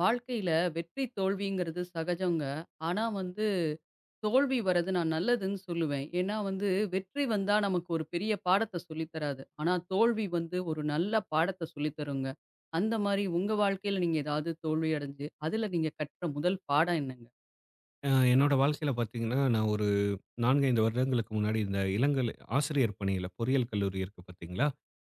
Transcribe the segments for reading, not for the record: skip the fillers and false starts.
வாழ்க்கையில வெற்றி தோல்விங்கிறது சகஜங்க. ஆனா வந்து தோல்வி வர்றது நான் நல்லதுன்னு சொல்லுவேன். ஏன்னா வந்து வெற்றி வந்தா நமக்கு ஒரு பெரிய பாடத்த சொல்லி தராது. ஆனா தோல்வி வந்து ஒரு நல்ல பாடத்த சொல்லி தருங்க. அந்த மாரி உங்க வாழ்க்கையில நீங்க ஏதாவது தோல்வி அடைஞ்சு, அதுல நீங்க கற்ற முதல் பாடம் என்னங்க? என்னோட வாழ்க்கையில பார்த்தீங்கன்னா, நான் ஒரு 4, 5 வருடங்களுக்கு முன்னாடி இந்த இளங்கலை ஆசிரியர் பணியில பொறியியல் கல்லூரி இருக்கு பார்த்தீங்களா?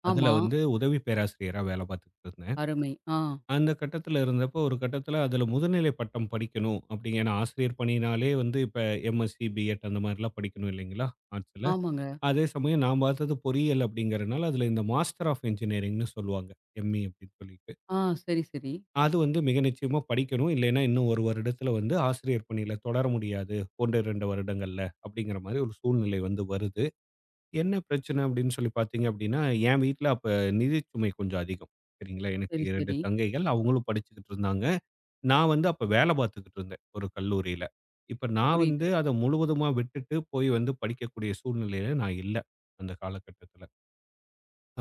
அதுல ஆமா. வந்து உதவி பேராசிரியரா வேலை பார்த்துக்கிட்டு இருந்தேன். அருமை. ஆ. அந்த கட்டத்துல இருந்தப்போ, ஒரு கட்டத்துல அதுல முதுநிலை பட்டம் படிக்கணும் அப்டிங்க. ஏன்னா ஆசிரியர் பணினாலே வந்து இப்ப எம்எஸ்சி, பிஎட் அந்த மாரிலாம் படிக்கணும் இல்லைங்களா? ஆர்ட்ஸ்ல. ஆமாங்க. அதே சமயம் நான் பார்த்தது பொறியியல் அப்டிங்கிறனால, அதுல இந்த மாஸ்டர் ஆஃப் என்ஜினியரிங்ன்னு சொல்லுவாங்க. எம்இ அப்டின்னு சொல்லிட்டு. ஆ சரி, சரி. அது வந்து மிக நிச்சயமா படிக்கணும். இல்லைன்னா, இன்னும் 1 வருடத்துல வந்து ஆசிரியர் பணியில தொடர முடியாது. 1, 2 வருடங்கள்ல அப்படிங்கிற மாரி ஒரு சூழ்நிலை வந்து வருது. என்ன பிரச்சனை அப்படின்னு சொல்லி பார்த்தீங்க அப்படின்னா, என் வீட்ல அப்ப நிதி சுமை கொஞ்சம் அதிகம். சரிங்களா, சரி, எனக்கு 2 சரி. தங்கைகள். அவங்களும் படிச்சுக்கிட்டு இருந்தாங்க. நான் வந்து அப்ப வேலை பார்த்துக்கிட்டு இருந்தேன் ஒரு கல்லூரியில. இப்ப நான் புரியுது. வந்து அத முழுவதுமா விட்டுட்டு போய் வந்து படிக்கக்கூடிய சூழ்நிலையில நான் இல்ல அந்த காலகட்டத்துல.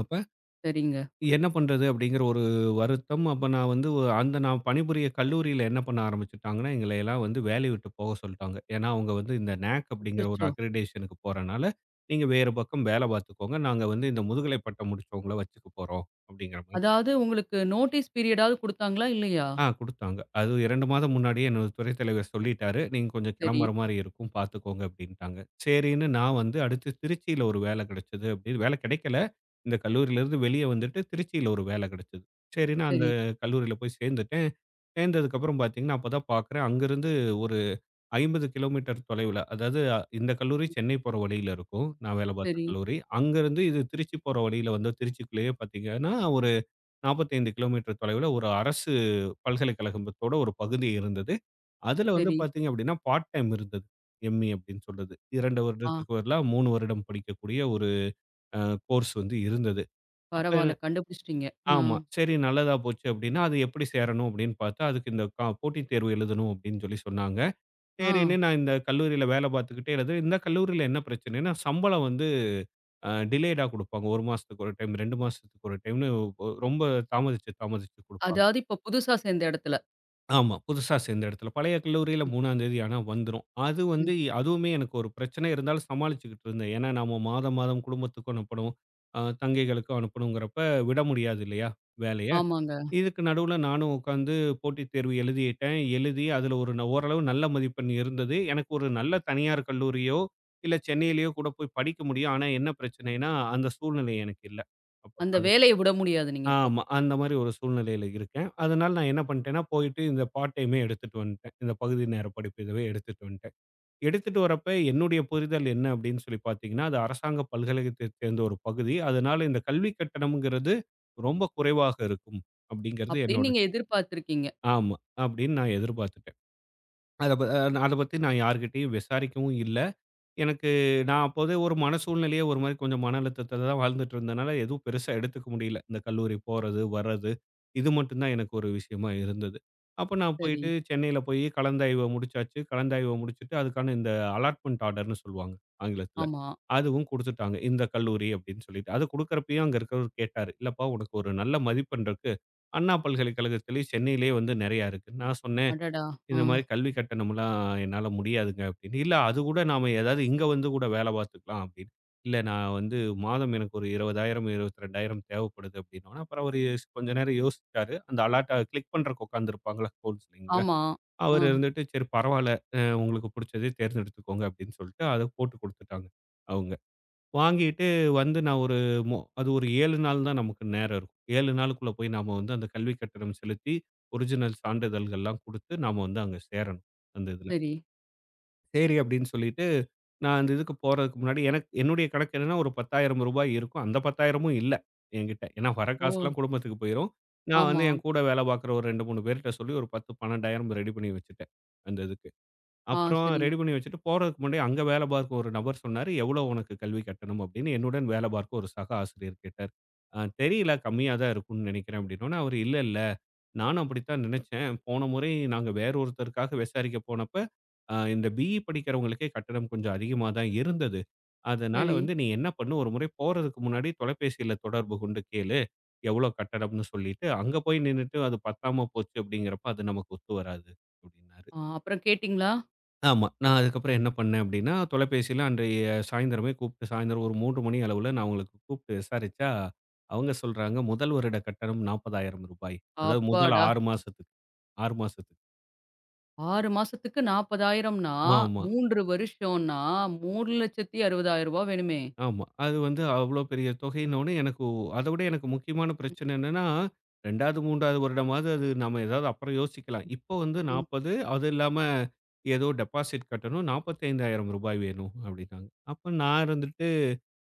அப்ப சரிங்க. என்ன பண்றது? அப்படிங்கிற ஒரு வருத்தம். அப்ப நான் வந்து அந்த நான் பணிபுரிய கல்லூரியில என்ன பண்ண ஆரம்பிச்சுட்டாங்கன்னா, எங்கள எல்லாம் வந்து வேலைய விட்டு போக சொல்ட்டாங்க. ஏன்னா, அவங்க வந்து இந்த நேக் அப்படிங்கிற ஒரு அச்சச்சோ! அக்ரிடேஷனுக்கு போறனால, "நீங்க வேறு பக்கம் வேல பார்த்துக்கோங்க. நாங்க வந்து இந்த முதுகலை பட்டம் முடிச்சவங்கள வச்சுக்க போறோம்." அப்படிங்கிற மாரி. அதாவது உங்களுக்கு நோட்டீஸ் பீரியடாவது குடுத்தாங்களா? இல்லையா? ஆ, குடுத்தாங்க. அது 2 மாதம் முன்னாடியே என்னோட துறை தலைவர் சொல்லிட்டாரு. "நீங்க கொஞ்சம் சரி, கிளம்புற மாரி இருக்கும். பார்த்துக்கோங்க" அப்படின்ட்டாங்க. சரின்னு நான் வந்து அடுத்து திருச்சியில ஒரு வேலை கிடைச்சது அப்படின்னு வேலை கிடைக்கல. இந்த கல்லூரியிலிருந்து வெளியே வந்துட்டு திருச்சியில ஒரு வேலை கிடைச்சது. சரின்னு அந்த சரி, கல்லூரியில போய் சேர்ந்துட்டேன். சேர்ந்ததுக்கப்புறம் பார்த்தீங்கன்னா, அப்பதான் பார்க்குறேன் அங்கிருந்து ஒரு 50 கிலோமீட்டர் தொலைவுல, அதாவது இந்த கல்லூரி சென்னை போற வழியில இருக்கும். நான் வேலை பார்த்த சரி, கல்லூரி. அங்கிருந்து இது திருச்சி போற வழியில வந்து திருச்சிக்குள்ளேயே பார்த்தீங்கன்னா, ஒரு 45 கிலோமீட்டர் தொலைவுல ஒரு அரசு பல்கலைக்கழகத்தோட ஒரு பகுதி இருந்தது. அதுல வந்து சரி. பார்த்தீங்க அப்படின்னா, பார்ட் டைம் இருந்தது. எம்.இ அப்படின்னு சொல்றது. 2 ஆ. வருடத்துக்கு பதிலா 3 வருடம் படிக்கக்கூடிய ஒரு அ கோர்ஸ் வந்து இருந்தது. அப்ப பரவால்ல கண்டுபிடிச்சிட்டீங்க. ஆ, ஆமா. சரி நல்லதா போச்சு அப்படின்னா, அது எப்படி சேரணும் அப்படின்னு பார்த்தா, அதுக்கு இந்த போட்டித் தேர்வு எழுதணும் அப்படின்னு சொல்லி சொன்னாங்க. ஆ. சரின்னு நான் இந்த கல்லூரியில வேலை பார்த்துக்கிட்டே எழுது இந்த கல்லூரியில என்ன பிரச்சனைன்னா, சம்பளம் வந்து டிலேடா குடுப்பாங்க. 1 மாசத்துக்கு ஒரு டைம், 2 மாசத்துக்கு ஒரு டைம்னு ரொம்ப தாமதிச்சு, தாமதிச்சு குடுப்பாங்க. அதாவது இப்ப புதுசா சேர்ந்த இடத்துல. ஆமா. புதுசா சேர்ந்த இடத்துல. பழைய கல்லூரியில 3ஆந்தேதி ஆனா வந்துரும். அது ம், வந்து ம். அதுவுமே எனக்கு ஒரு பிரச்சனை இருந்தாலும் சமாளிச்சுக்கிட்டு இருந்தேன். ஏன்னா நாம மாதம், மாதம் குடும்பத்துக்கும் அனுப்பணும். தங்கைகளுக்கும் அனுப்பணுங்கிறப்ப விட முடியாது இல்லையா? வேலைய. ஆமாங்க. இதுக்கு நடுவுல நானும் உட்காந்து போட்டித் தேர்வு எழுதிட்டேன். எழுதி அதுல ஒரு ஓரளவு நல்ல மதிப்பெண் இருந்தது. எனக்கு ஒரு நல்ல தனியார் கல்லூரியோ, இல்ல சென்னையிலயோ கூட போய் படிக்க முடியும். ஆனா என்ன பிரச்சனைன்னா, அந்த சூழ்நிலை எனக்கு இல்ல. அப்ப அந்த காலேஜ். வேலைய விட முடியாது நீங்க இப்போ. ஆமா. அந்த மாரி ஒரு சூழ்நிலையில இருக்கேன். அதனால நான் என்ன பண்ணிட்டேன்னா, போயிட்டு இந்த பார்ட் டைமே எடுத்துட்டு வந்துட்டேன். இந்த பகுதி நேர படிப்பு இதுவே எடுத்துட்டு வந்துட்டேன். எடுத்துட்டு வரப்ப என்னுடைய புரிதல் என்ன அப்படின்னு சொல்லி பார்த்தீங்கன்னா, அது அரசாங்க பல்கலைக்கழகத்தை சேர்ந்த ஒரு பகுதி. அதனால இந்த கல்வி கட்டணம்ங்கிறது ரொம்ப குறைவாக இருக்கும் அப்படிங்கிறது அப்படின்னு என்னோட. நீங்க எதிர்பார்த்திருக்கீங்க. ஆமா. அப்படின்னு நான் எதிர்பார்த்துட்டேன். அத ப அத பத்தி நான் யார்கிட்டயும் விசாரிக்கவும் இல்ல. எனக்கு நான் அப்போதே ஒரு மன சூழ்நிலையே ஒரு மாரி கொஞ்சம் மன அழுத்தத்துல தான் வாழ்ந்துட்டு இருந்தனால, எதுவும் பெருசா எடுத்துக்க முடியல. இந்த கல்லூரி போறது, வர்றது இது மட்டும் தான் எனக்கு ஒரு விஷயமா இருந்தது. அப்ப நான் சரி. போயிட்டு சென்னையில போய் கலந்தாய்வ முடிச்சாச்சு. கலந்தாய்வ முடிச்சுட்டு அதுக்கான இந்த அலாட்மென்ட் ஆர்டர்ன்னு சொல்லுவாங்க ஆங்கிலத்துல. ஆமா. அதுவும் குடுத்துட்டாங்க. இந்த கல்லூரி அப்படின்னு சொல்லிட்டு. அது குடுக்கறப்பயும் அங்க இருக்கிறவரு கேட்டாரு. "இல்லப்பா உனக்கு ஒரு நல்ல மதிப்பெண் இருக்கு. அண்ணா பல்கலைக்கழகத்திலேயும் சென்னையிலேயே வந்து நெறையா இருக்கு." நான் சொன்னேன். அடடா! ஆ. இந்த மாரி கல்வி கட்டணம்லாம் என்னால முடியாதுங்க அப்படின்னு. இல்ல அது கூட நாம ஏதாவது இங்க வந்து கூட வேலை பார்த்துக்கலாம் அப்படின்னு. இல்ல நான் வந்து மாதம் எனக்கு ஒரு 20,000 22,000 தேவைப்படுது அப்படின்னோன, அப்புறம் அவரு கொஞ்ச நேரம் யோசிச்சாரு. அந்த அலாட்ட கிளிக் பண்றக்கு உட்காந்துருப்பாங்கல்ல கவுன்சிலிங்ல. ஆமா. ஆ. அவரு இருந்துட்டு சரி பரவால்ல. உங்களுக்கு புடிச்சதே தேர்ந்தெடுத்துக்கோங்க அப்படின்னு சொல்லிட்டு அத போட்டு குடுத்துட்டாங்க அவங்க. வாங்கிட்டு வந்து நான் ஒரு அது ஒரு 7 நாள் தான் நமக்கு நேரம் இருக்கும். 7 நாளுக்குள்ள போய் நாம வந்து அந்த கல்வி கட்டணம் செலுத்தி, ஒரிஜினல் சான்றிதழ்கள்லாம் குடுத்து, நாம வந்து அங்க சேரணும், அந்த இதுல. சரி. சரி அப்படின்னு சொல்லிட்டு, நான் அந்த இதுக்கு போறதுக்கு முன்னாடி எனக்கு என்னுடைய கணக்கு என்னன்னா, ஒரு ரூ. 10,000 இருக்கும். அந்த 10,000ம் இல்ல என்கிட்ட. ஏன்னா வர ஓ! காசெல்லாம் குடும்பத்துக்கு போயிரும். நான் வந்து ஆமா. என் கூட வேலை பார்க்குற ஒரு 2, 3 பேர்ட்ட சொல்லி ஒரு 10, 12,000 ரெடி பண்ணி வச்சுட்டேன், அந்த இதுக்கு. ஆ அப்புறம் சரிங்க. ரெடி பண்ணி வச்சுட்டு போறதுக்கு முன்னாடி அங்க வேலை பார்க்க ஒரு நபர் சொன்னாரு, "எவ்வளோ உனக்கு கல்வி கட்டணம்?" அப்படின்னு. என்னுடன் வேலை பார்க்க ஒரு சக ஆசிரியர் கேட்டார். தெரியல, கம்மியா தான் இருக்கும்னு நினைக்கிறேன்" அப்படின்னோனே, அவரு "இல்ல, இல்ல. நானும் அப்படித்தான் நினைச்சேன். போன முறை நாங்க வேற ஒருத்தருக்காக விசாரிக்க போனப்ப, இந்த பிஇ படிக்கிறவங்களுக்கே கட்டணம் கொஞ்சம் அதிகமா தான் இருந்தது. அதனால சரி. வந்து நீ என்ன பண்ணு, ஒரு முறை போறதுக்கு முன்னாடி தொலைபேசியில தொடர்பு கொண்டு கேளு, எவ்வளோ கட்டணம்னு சொல்லிட்டு, அங்க போய் நின்னுட்டு அது பத்தாம போச்சு அப்படிங்கிறப்ப அது நமக்கு ஒத்து வராது" அப்படின்னாரு. ஆ அப்புறம் கேட்டீங்களா? ஆமா. நான் அதுக்கப்புறம் என்ன பண்ணேன் அப்படின்னா, தொலைபேசியில அன்றைய சாயந்தரமே கூப்பிட்டு சாயந்தரம் ஒரு 3 மணி அளவுல நான் அவங்களுக்கு கூப்பிட்டு விசாரிச்சா, அவங்க சொல்றாங்க, முதல் வருட கட்டணம் ரூ. 40,000 அதாவது முதல் அப்பாடா! 6 மாசத்துக்கு 6 மாசத்துக்கு. 6 மாசத்துக்கு 40,000னா ஆமா, 3 வருஷம்னா ரூ. 3,60,000 வேணுமே! ஆமா. அது வந்து அவ்வளோ பெரிய தொகைன்னோனே எனக்கு. அத விட எனக்கு முக்கியமான பிரச்சனை என்னன்னா, 2வது, 3வது வருடமாவது அது நம்ம ஏதாவது அப்புறம் யோசிக்கலாம். இப்போ வந்து ம், 40 அது இல்லாம ஏதோ டெபாசிட் கட்டணும். ரூ. 45,000 வேணும் அப்படின்னாங்க. அப்ப நான் இருந்துட்டு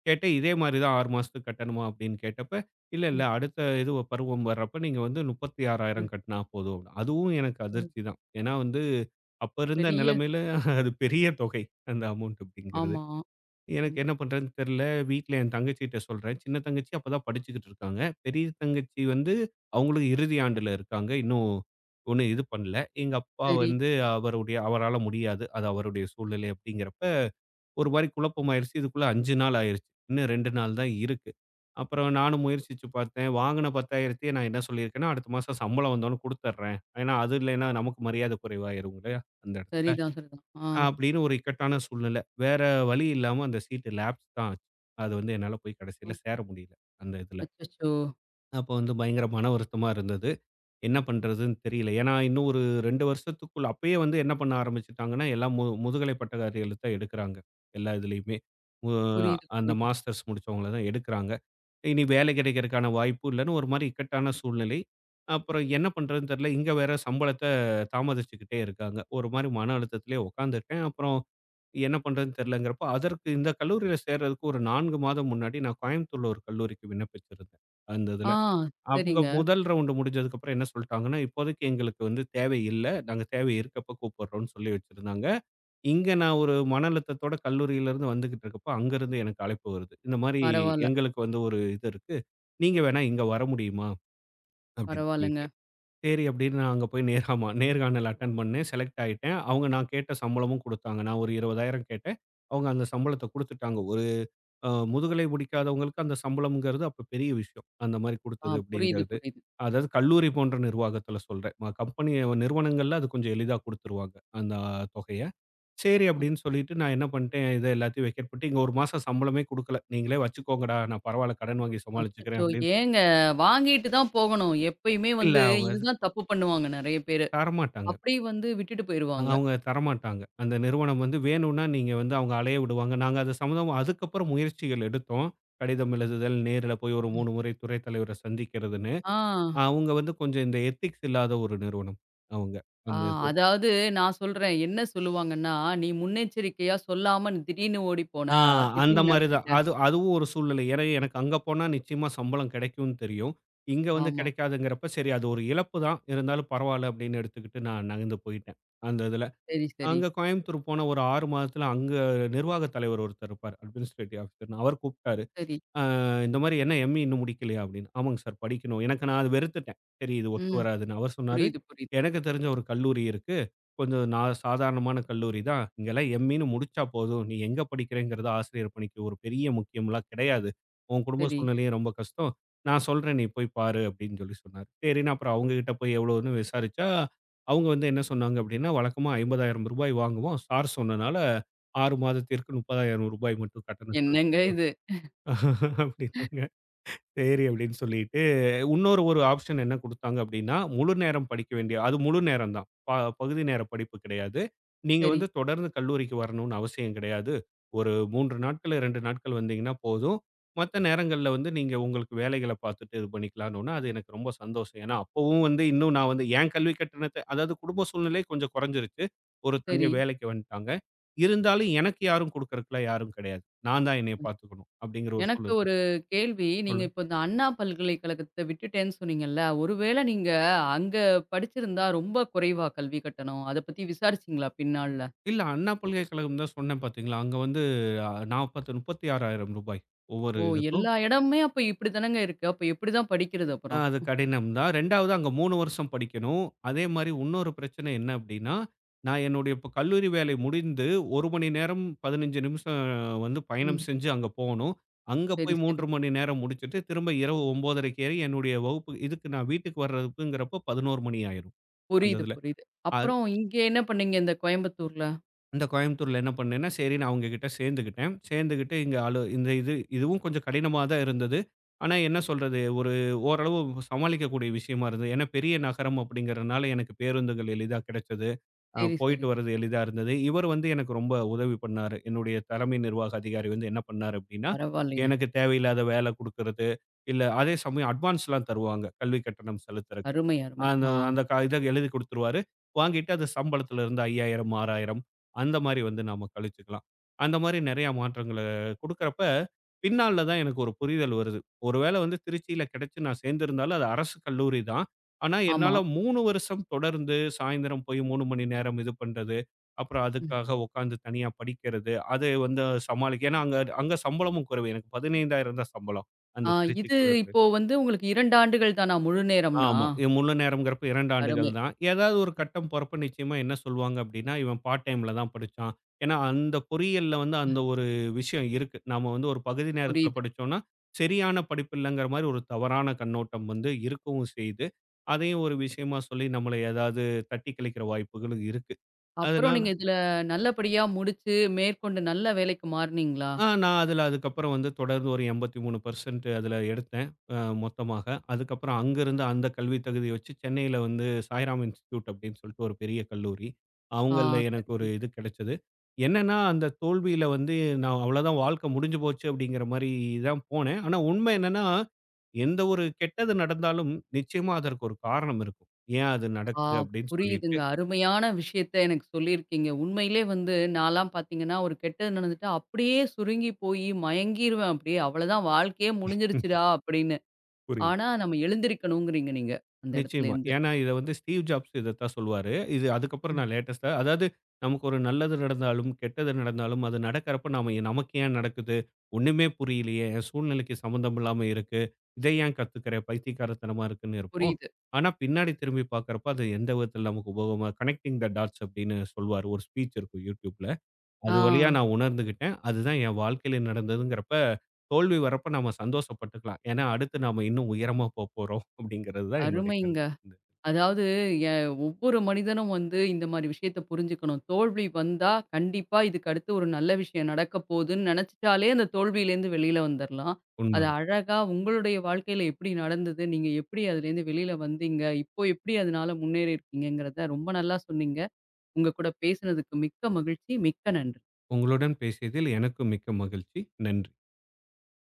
கேட்டேன். இதே மாரி தான் 6 மாசத்துக்கு கட்டணுமா? அப்படின்னு கேட்டப்ப, இல்ல, இல்ல. ம், அடுத்த இது பருவம் வர்றப்ப நீங்க வந்து 36,000 ம், கட்டினா போதும். அப்படின்னு. அதுவும் எனக்கு ம். அதிர்ச்சி தான். ஏன்னா வந்து, அப்ப இருந்த பெரிய நிலைமையில அது பெரிய தொகை. அந்த அமௌண்ட் அப்படிங்கிறது. ஆமா. எனக்கு கண் என்ன பண்றதுன்னு தெரியல. வீட்ல என் தங்கச்சிட்ட சொல்றேன். சின்ன தங்கச்சி அப்பதான் படிச்சுக்கிட்டு இருக்காங்க. பெரிய தங்கச்சி வந்து அவங்களும் இறுதி ஆண்டுல இருக்காங்க. இன்னும் ஒண்ணும் இது பண்ணல. எங்க அப்பா சரி. வந்து அவருடைய அவரால முடியாது. அது அவருடைய சூழ்நிலை அப்படிங்கிறப்ப ஒரு மாரி குழப்பம் ஆயிருச்சு. இதுக்குள்ள 5 நாள் ஆயிருச்சு. இன்னும் 2 நாள் தான் இருக்கு. அப்புறம் நானும் முயற்சிச்சு பார்த்தேன். வாங்குன 10,000த்தையே நான் என்ன சொல்லியிருக்கேன்னா, அடுத்த மாசம் சம்பளம் வந்தோனே குடுத்துர்றேன். ஏன்னா, அது இல்லைன்னா நமக்கு மரியாதை குறைவாயிரும் இல்லையா? அந்த இடத்துல. சரிதான், சரிதான். ஆ. அப்படின்னு ஒரு இக்கட்டான சூழ்நிலை. வேற வழி இல்லாம அந்த சீட்டு லேப்ஸ் தான் ஆச்சு. அது வந்து என்னால போய் கடைசியில ம். சேர முடியல, அந்த இதுல. அச்சச்சோ! அப்போ வந்து பயங்கர மன வருத்தமா இருந்தது. என்ன பண்றதுன்னு தெரியல. ஏன்னா, இன்னும் ஒரு 2 வருஷத்துக்குள்ள அப்பயே வந்து என்ன பண்ண ஆரம்பிச்சுட்டாங்கன்னா, எல்லாம் முதுகலை பட்டதாரிகள தான் எடுக்குறாங்க. எல்லா இதுலயுமே. மு புரியுது, அந்த புரியுது. மாஸ்டர்ஸ் முடிச்சவங்கள தான் எடுக்குறாங்க. இனி வேலை கிடைக்கிறதுக்கான வாய்ப்பு இல்லன்னு ஒரு மாரி இக்கட்டான சூழ்நிலை. அப்புறம் என்ன பண்றதுன்னு தெரியல. இங்க வேற சம்பளத்த தாமதிச்சுக்கிட்டே இருக்காங்க. ஒரு மாரி மன அழுத்தத்திலேயே உட்காந்துருக்கேன். அப்புறம் என்ன பண்றதுன்னு தெரியலங்கிறப்போ, அதற்கு இந்த கல்லூரியில சேர்றதுக்கு ஒரு 4 மாதம் முன்னாடி நான் கோயம்புத்தூர்ல ஒரு கல்லூரிக்கு விண்ணப்பிச்சிருந்தேன். அந்த ஆ இதுல. அவங்க சரிங்க. முதல் ரவுண்டு முடிஞ்சதுக்கப்புறம் என்ன சொல்ட்டாங்கன்னா, "இப்போதைக்கு எங்களுக்கு வந்து தேவை இல்ல. நாங்க தேவை இருக்கப்ப கூப்பிடுறோம்ன்னு" சொல்லி வச்சிருந்தாங்க. இங்க நான் ஒரு மன அழுத்தத்தோட கல்லூரியிலருந்து வந்துகிட்டு இருக்கப்போ, அங்கருந்து எனக்கு அழைப்பு வருது. இந்த மாரி பரவால்ல, எங்களுக்கு வந்து ஒரு இது இருக்கு. நீங்க வேணா இங்க வர முடியுமா? அப்படின்னு சொல்லிட்டு. பரவால்லங்க. சரி அப்படின்னு நான் அங்க போய் நேராமா நேர்காணல் அட்டெண்ட் பண்ணேன். செலக்ட் ஆயிட்டேன். அவங்க நான் கேட்ட சம்பளமும் குடுத்தாங்க. நான் ஒரு 20,000 கேட்டேன். அவங்க அந்த சம்பளத்த குடுத்துட்டாங்க. ஒரு முதுகலை முடிக்காதவங்களுக்கு அந்த சம்பளம்ங்கிறது அப்ப பெரிய விஷயம். அந்த மாரி ஆ குடுத்தது புரியுது, அப்படிங்கிறது. புரியுது. அதாவது கல்லூரி போன்ற நிர்வாகத்துல சொல்றேன். கம்பெனி நிறுவனங்கள்ல அது கொஞ்சம் எளிதா குடுத்துருவாங்க. அந்த தொகைய. சரி அ அப்படின்னு சொல்லிட்டு நான் என்ன பண்ணிட்டேன், இத எல்லாத்தையும் வெக்கேட் பண்ணிட்டு, இங்க 1 மாசம் சம்பளமே குடுக்கல. நீங்களே வச்சுக்கோங்கடா. நான் பரவால்ல கடன் வாங்கி சமாளிச்சுக்கிறேன் அச்சச்சோ! அப்படின்னு. ஏங்க வாங்கிட்டு தான் போகணும். எப்பயுமே இல்ல வந்து அவங்க இதுதான் தப்பு பண்ணுவாங்க நெறைய பேரு. தரமாட்டாங்க. அப்படியே வந்து விட்டுட்டு போயிருவாங்க. அவங்க தரமாட்டாங்க. அந்த நிறுவனம் வந்து வேணும்னா நீங்க வந்து அவங்க அலைய விடுவாங்க. நாங்க அது சம்மந்தமா அதுக்கப்புறம் முயற்சிகள் எடுத்தோம். கடிதம் எழுதுதல், நேர்ல போய் ஒரு 3 முறை துறை தலைவர சந்திக்கிறதுன்னு. ஆ. அவங்க வந்து கொஞ்சம் இந்த எத்திக்ஸ் இல்லாத ஒரு நிறுவனம் அவங்க. ஆ அந்த இது. அதாவது நான் சொல்றேன். என்ன சொல்லுவாங்கன்னா, "நீ முன்னெச்சரிக்கையா சொல்லாம நீ திடீர்னு ஓடி போன. ஆ, அந்த திடீர்னு மாரி தான். போயிட்ட." அது அதுவும் ஒரு சூழ்நிலை. ஏன்னா எனக்கு அங்க போனா நிச்சயமா சம்பளம் கிடைக்கும்னு தெரியும். இங்க வந்து ஆமா. கிடைக்காதுங்கிறப்ப சரி அது ஒரு இழப்பு தான். இருந்தாலும் பரவால்ல அப்படின்னு எடுத்துக்கிட்டு நான் நகர்ந்து போயிட்டேன். அந்த இதுல. சரி, சரி, அங்க கோயம்புத்தூர் போன ஒரு 6 மாதத்துல, அங்க நிர்வாகத் தலைவர் ஒருத்தர் இருப்பாரு. அட்மினிஸ்ட்ரேட்டிவ் ஆபிசர்ன்னு. அவர் கூப்ட்டாரு. சரி. அ இந்த மாரி "என்ன எம்.இ இன்னும் முடிக்கலையா?" அப்படின்னு. "ஆமாங்க சார் படிக்கணும்." எனக்கு நான் அது வெறுத்துட்டேன். சரி இது ஒத்து ம். வராதுன்னு. அவர் சொன்னாரு, புரியுது, புரியுது. "எனக்கு தெரிஞ்ச ஒரு கல்லூரி இருக்கு. கொஞ்சம் நான் சாதாரணமான கல்லூரி தான். இங்கெல்லாம் எம்.இ.ன்னு முடிச்சா போதும். நீ எங்க படிக்கிறேங்கிறது ஆசிரியர் பணிக்கு ஒரு பெரிய முக்கியம்லாம் கிடையாது. உன் குடும்ப சரி. சூழ்நிலையும் ரொம்ப கஷ்டம். நான் சொல்றேன் நீ போய் பாரு." அப்படின்னு சொல்லி சொன்னாரு. சரின்னு அப்புறம் அவங்க கிட்ட போய் எவ்வளோன்னு விசாரிச்சா, அவங்க வந்து என்ன சொன்னாங்க அப்படின்னா, "வழக்கமா ரூ. 50,000 வாங்குவோம். சார் சொன்னனால 6 மாதத்திற்கு ரூ. 30,000 மட்டும் கட்டணம் என்னங்க செலுத்தணும்." இது? அப்படின்னாங்க. சரி அப்படின்னு சொல்லிட்டு, இன்னொரு ஒரு ஆப்ஷன் என்ன குடுத்தாங்க அப்படின்னா, முழு நேரம் படிக்க வேண்டிய அது முழு நேரம் தான். பகுதி நேர படிப்பு கிடையாது. நீங்க சரி, வந்து தொடர்ந்து கல்லூரிக்கு வரணும்னு அவசியம் கிடையாது. ஒரு 3 நாட்கள், 2 நாட்கள் வந்தீங்கன்னா போதும். மத்த நேரங்கள்ல வந்து நீங்க உங்களுக்கு வேலைகள பார்த்துட்டு இது பண்ணிக்கலாம்னோன, அது எனக்கு ரொம்ப சந்தோஷம். ஏன்னா, அப்பவும் வந்து இன்னும் நான் வந்து என் கல்வி கட்டணத்த அதாவது குடும்ப சூழ்நிலை கொஞ்சம் குறைஞ்சிருச்சு. ஒரு தங்கை சரி. வேலைக்கு வந்துட்டாங்க. இருந்தாலும் எனக்கு யாரும் குடுக்கறதுக்குலாம் யாரும் கிடையாது. நான் தான் என்னைய பார்த்துக்கணும் அப்படிங்கிற ஒரு எனக்கு சூழல். ஒரு கேள்வி. நீங்க சொல்லுங்க. இப்ப இந்த அண்ணா பல்கலைக்கழகத்த விட்டுட்டேன்னு சொன்னீங்கல்ல. ஒருவேளை நீங்க அங்க படிச்சிருந்தா ரொம்ப குறைவா கல்வி கட்டணம்? அத பத்தி விசாரிச்சீங்களா பின்னாள்ல? இல்ல அண்ணா பல்கலைக்கழகம் தான் சொன்னேன் பார்த்தீங்களா? அங்க வந்து 40 ரூ. 36,000 ஒவ்வொரு ஓ! இதுக்கும். எல்லா இடமுமே அப்ப இப்படித்தானங்க இருக்கு. அப்ப எப்படிதான் படிக்கிறது அப்புறம்? அது கடினம் தான். 2வது அங்க 3 வருஷம் படிக்கணும். அதே மாரி உன்னொரு பிரச்சனை என்ன அப்டின்னா, நான் என்னுடைய இப்ப கல்லூரி வேலை முடிந்து 1 மணி நேரம் 15 நிமிஷம் வந்து பயணம் ம். செஞ்சு அங்க போகணும். அங்க போய் சரி, சரி. 3 மணி நேரம் முடிச்சுட்டு, திரும்ப இரவு 9:30க்கு ஏறி என்னுடைய வகுப்பு இதுக்கு நான் வீட்டுக்கு வர்றதுக்குங்கிறப்போ 11 மணி ஆயிரும் அந்த புரியுது, இதுல. புரியுது. அ அப்புறம் இங்க என்ன பண்ணீங்க இந்த கோயம்புத்தூர்ல? அந்த கோயம்புத்தூர்ல என்ன பண்ணேன்னா, சரின்னு அவங்க கிட்ட சேர்ந்துக்கிட்டேன். சேர்ந்துக்கிட்டு இங்க அலு இந்த இது இதுவும் கொஞ்சம் கடினமா தான் இருந்தது. ஆனா என்ன சொல்றது, ஒரு ஓரளவு சமாளிக்கக்கூடிய விஷயமா இருந்தது. ஏன்னா பெரிய நகரம் அப்படிங்கிறதுனால எனக்கு பேருந்துகள் எளிதா கிடைச்சது. சரி, போயிட்டு சரி. வர்றது எளிதா இருந்தது. இவர் வந்து எனக்கு ரொம்ப உதவி பண்ணாரு. என்னுடைய தலைமை நிர்வாக அதிகாரி வந்து என்ன பண்ணாரு அப்படின்னா, பரவாயில்லையே! எனக்கு தேவையில்லாத வேலை குடுக்கறது, இல்ல அதே சமயம் அட்வான்ஸ்லாம் தருவாங்க. கல்வி கட்டணம் செலுத்துறக்கு. அருமை, அருமை. அந்த ஆ. அந்த இத எழுதி குடுத்துருவாரு. வாங்கிட்டு அது சம்பளத்துல இருந்து 5,000, 6,000 அந்த மாரி வந்து நாம கழிச்சுக்கலாம். அந்த மாரி நெறைய மாற்றங்கள குடுக்கறப்ப, பின்னால தான் எனக்கு ஒரு புரிதல் வருது. ஒருவேள வந்து திருச்சியில கிடைச்சு நான் சேர்ந்திருந்தாலும், அது அரசு கல்லூரி தான். ஆனா, ஆமா. என்னால 3 வருஷம் தொடர்ந்து சாயந்தரம் போய் 3 மணி நேரம் இது பண்றது. அப்புறம் ம். அதுக்காக உட்காந்து தனியா படிக்கிறது. அது வந்து சமாளிக்க ஏன்னா அங்க அங்க சம்பளமும் குறைவு. எனக்கு 15,000 தான் சம்பளம். ஆ அந்த திருச்சி இது கல்லூரில. இப்போ வந்து உங்களுக்கு 2 ஆண்டுகள் தானா முழு நேரம்னா? ஆமா. இது முழு நேரம்ங்கிறப்ப 2 ஆண்டுகள் அருமை. தான். ஏதாவது ஒரு கட்டம் போறப்ப நிச்சயமா என்ன சொல்வாங்க அப்படின்னா, "இவன் பார்ட் டைம்ல தான் படிச்சான்." ஏன்னா அந்த பொறியியல்ல வந்து அந்த ஒரு விஷயம் இருக்கு. நாம வந்து ஒரு பகுதி நேரத்தில புரியுது. படிச்சோம்னா, சரியான படிப்பு இல்லங்கிற மாரி ஒரு தவறான கண்ணோட்டம் வந்து இருக்கவும் செய்யுது. அதையும் ஒரு விஷயமா சொல்லி நம்மள ஏதாவது தட்டி கழிக்கிற வாய்ப்புகளும் இருக்கு. அப்புறம் அதனால நீங்க இதுல நல்லபடியா முடிச்சு, மேற்கொண்டு நல்ல வேலைக்கு மாறுனீங்களா? ஆ நான் அதில அதுக்கப்புறம் வந்து தொடர்ந்து ஒரு 83% அதில எடுத்தேன் அ மொத்தமாக. அதுக்கப்புறம் அங்கருந்து அந்த கல்வி தகுதிய வச்சு சென்னையில வந்து சாய்ராம் இன்ஸ்டிடியூட் அப்படின்னு சொல்லிட்டு ஒரு பெரிய கல்லூரி. ஆ அவங்கள்ல எனக்கு சரி, ஒரு சரி. இது கிடைச்சது. என்னன்னா, அந்த தோல்வியில வந்து நான் அவ்வளோதான் வாழ்க்கை முடிஞ்சு போச்சு அப்படிங்கிற மாரி தான் போனேன். ஆனா உண்மை என்னன்னா, எந்த ஒரு கெட்டது நடந்தாலும் நிச்சயமா அதற்கு ஒரு காரணம் இருக்கும். ஏன் அது ஆ நடக்குது அப்படின்னு சொல்லிட்டு புரியுதுங்க. அருமையான விஷயத்த எனக்கு சொல்லியிருக்கீங்க. உண்மையிலே வந்து நான்லாம் பார்த்தீங்கன்னா, ஒரு கெட்டது நடந்துட்டா அப்படியே சுருங்கி போயி மயங்கிருவேன் அப்படியே. அவ்வளதான் வாழ்க்கையே ம், முடிஞ்சிருச்சுடா அப்படின்னு. புரியுது. ஆனா, நம்ம எழுந்திரிக்கணுங்கிறீங்க நீங்க, அந்த நிச்சயமா. இடத்துலேருந்து. ஏன்னா இத வந்து ஸ்டீவ் ஜாப்ஸ் இதத்தான் சொல்லுவாரு. இது அதுக்கப்புறம் ம் நான் லேட்டஸ்ட்டா அதாவது நமக்கு ஒரு நல்லது நடந்தாலும், கெட்டது நடந்தாலும் அது நடக்கிறப்ப நாம ஏன், நமக்கு ஏன் நடக்குது? ஒண்ணுமே புரியலையே! என் சூழ்நிலைக்கு சம்மந்தம் இல்லாம இருக்கு. இத ஏன் கத்துக்கிறேன்? பைத்தியக்காரத்தனமா இருக்குன்னு இருப்போம். புரியுது. ஆனா பின்னாடி திரும்பி பார்க்கிறப்ப அது எந்த விதத்தில நமக்கு உபயோகமா "கனெக்டிங் த டாட்ஸ்" அப்படின்னு சொல்வாரு. ஒரு ஸ்பீச் இருக்கும் YouTubeல. ஆ அது வழியா நான் உணர்ந்துகிட்டேன். அதுதான் என் வாழ்க்கையில நடந்ததுங்கிறப்ப, தோல்வி வரப்ப நம்ம சந்தோஷப்பட்டுக்கலாம். ஏன்னா, அடுத்து நாம இன்னும் உயரமா போப்போறோம் அப்படிங்கிறது தான் என்னுடைய அருமைங்க. கருத்து. இந்த அதாவது எ ஒவ்வொரு மனிதனும் வந்து இந்த மாரி விஷயத்த புரிஞ்சுக்கணும். தோல்வி வந்தா கண்டிப்பா இதுக்கு அடுத்து ஒரு நல்ல விஷயம் நடக்க போதுன்னு நெனச்சுட்டாலே அந்த தோல்வியிலேருந்து வெளியில வந்துரலாம். அது உண்மைதான். அழகா உங்களுடைய வாழ்க்கையில எப்படி நடந்தது? நீங்க எப்படி அதுலேருந்து வெளியில வந்தீங்க? இப்போ எப்படி அதனால முன்னேறி இருக்கீங்கங்கிறத ரொம்ப நல்லா சொன்னீங்க. உங்க கூட பேசினதுக்கு மிக்க மகிழ்ச்சி. மிக்க நன்றி. உங்களுடன் பேசியதில் எனக்கு மிக்க மகிழ்ச்சி. நன்றி.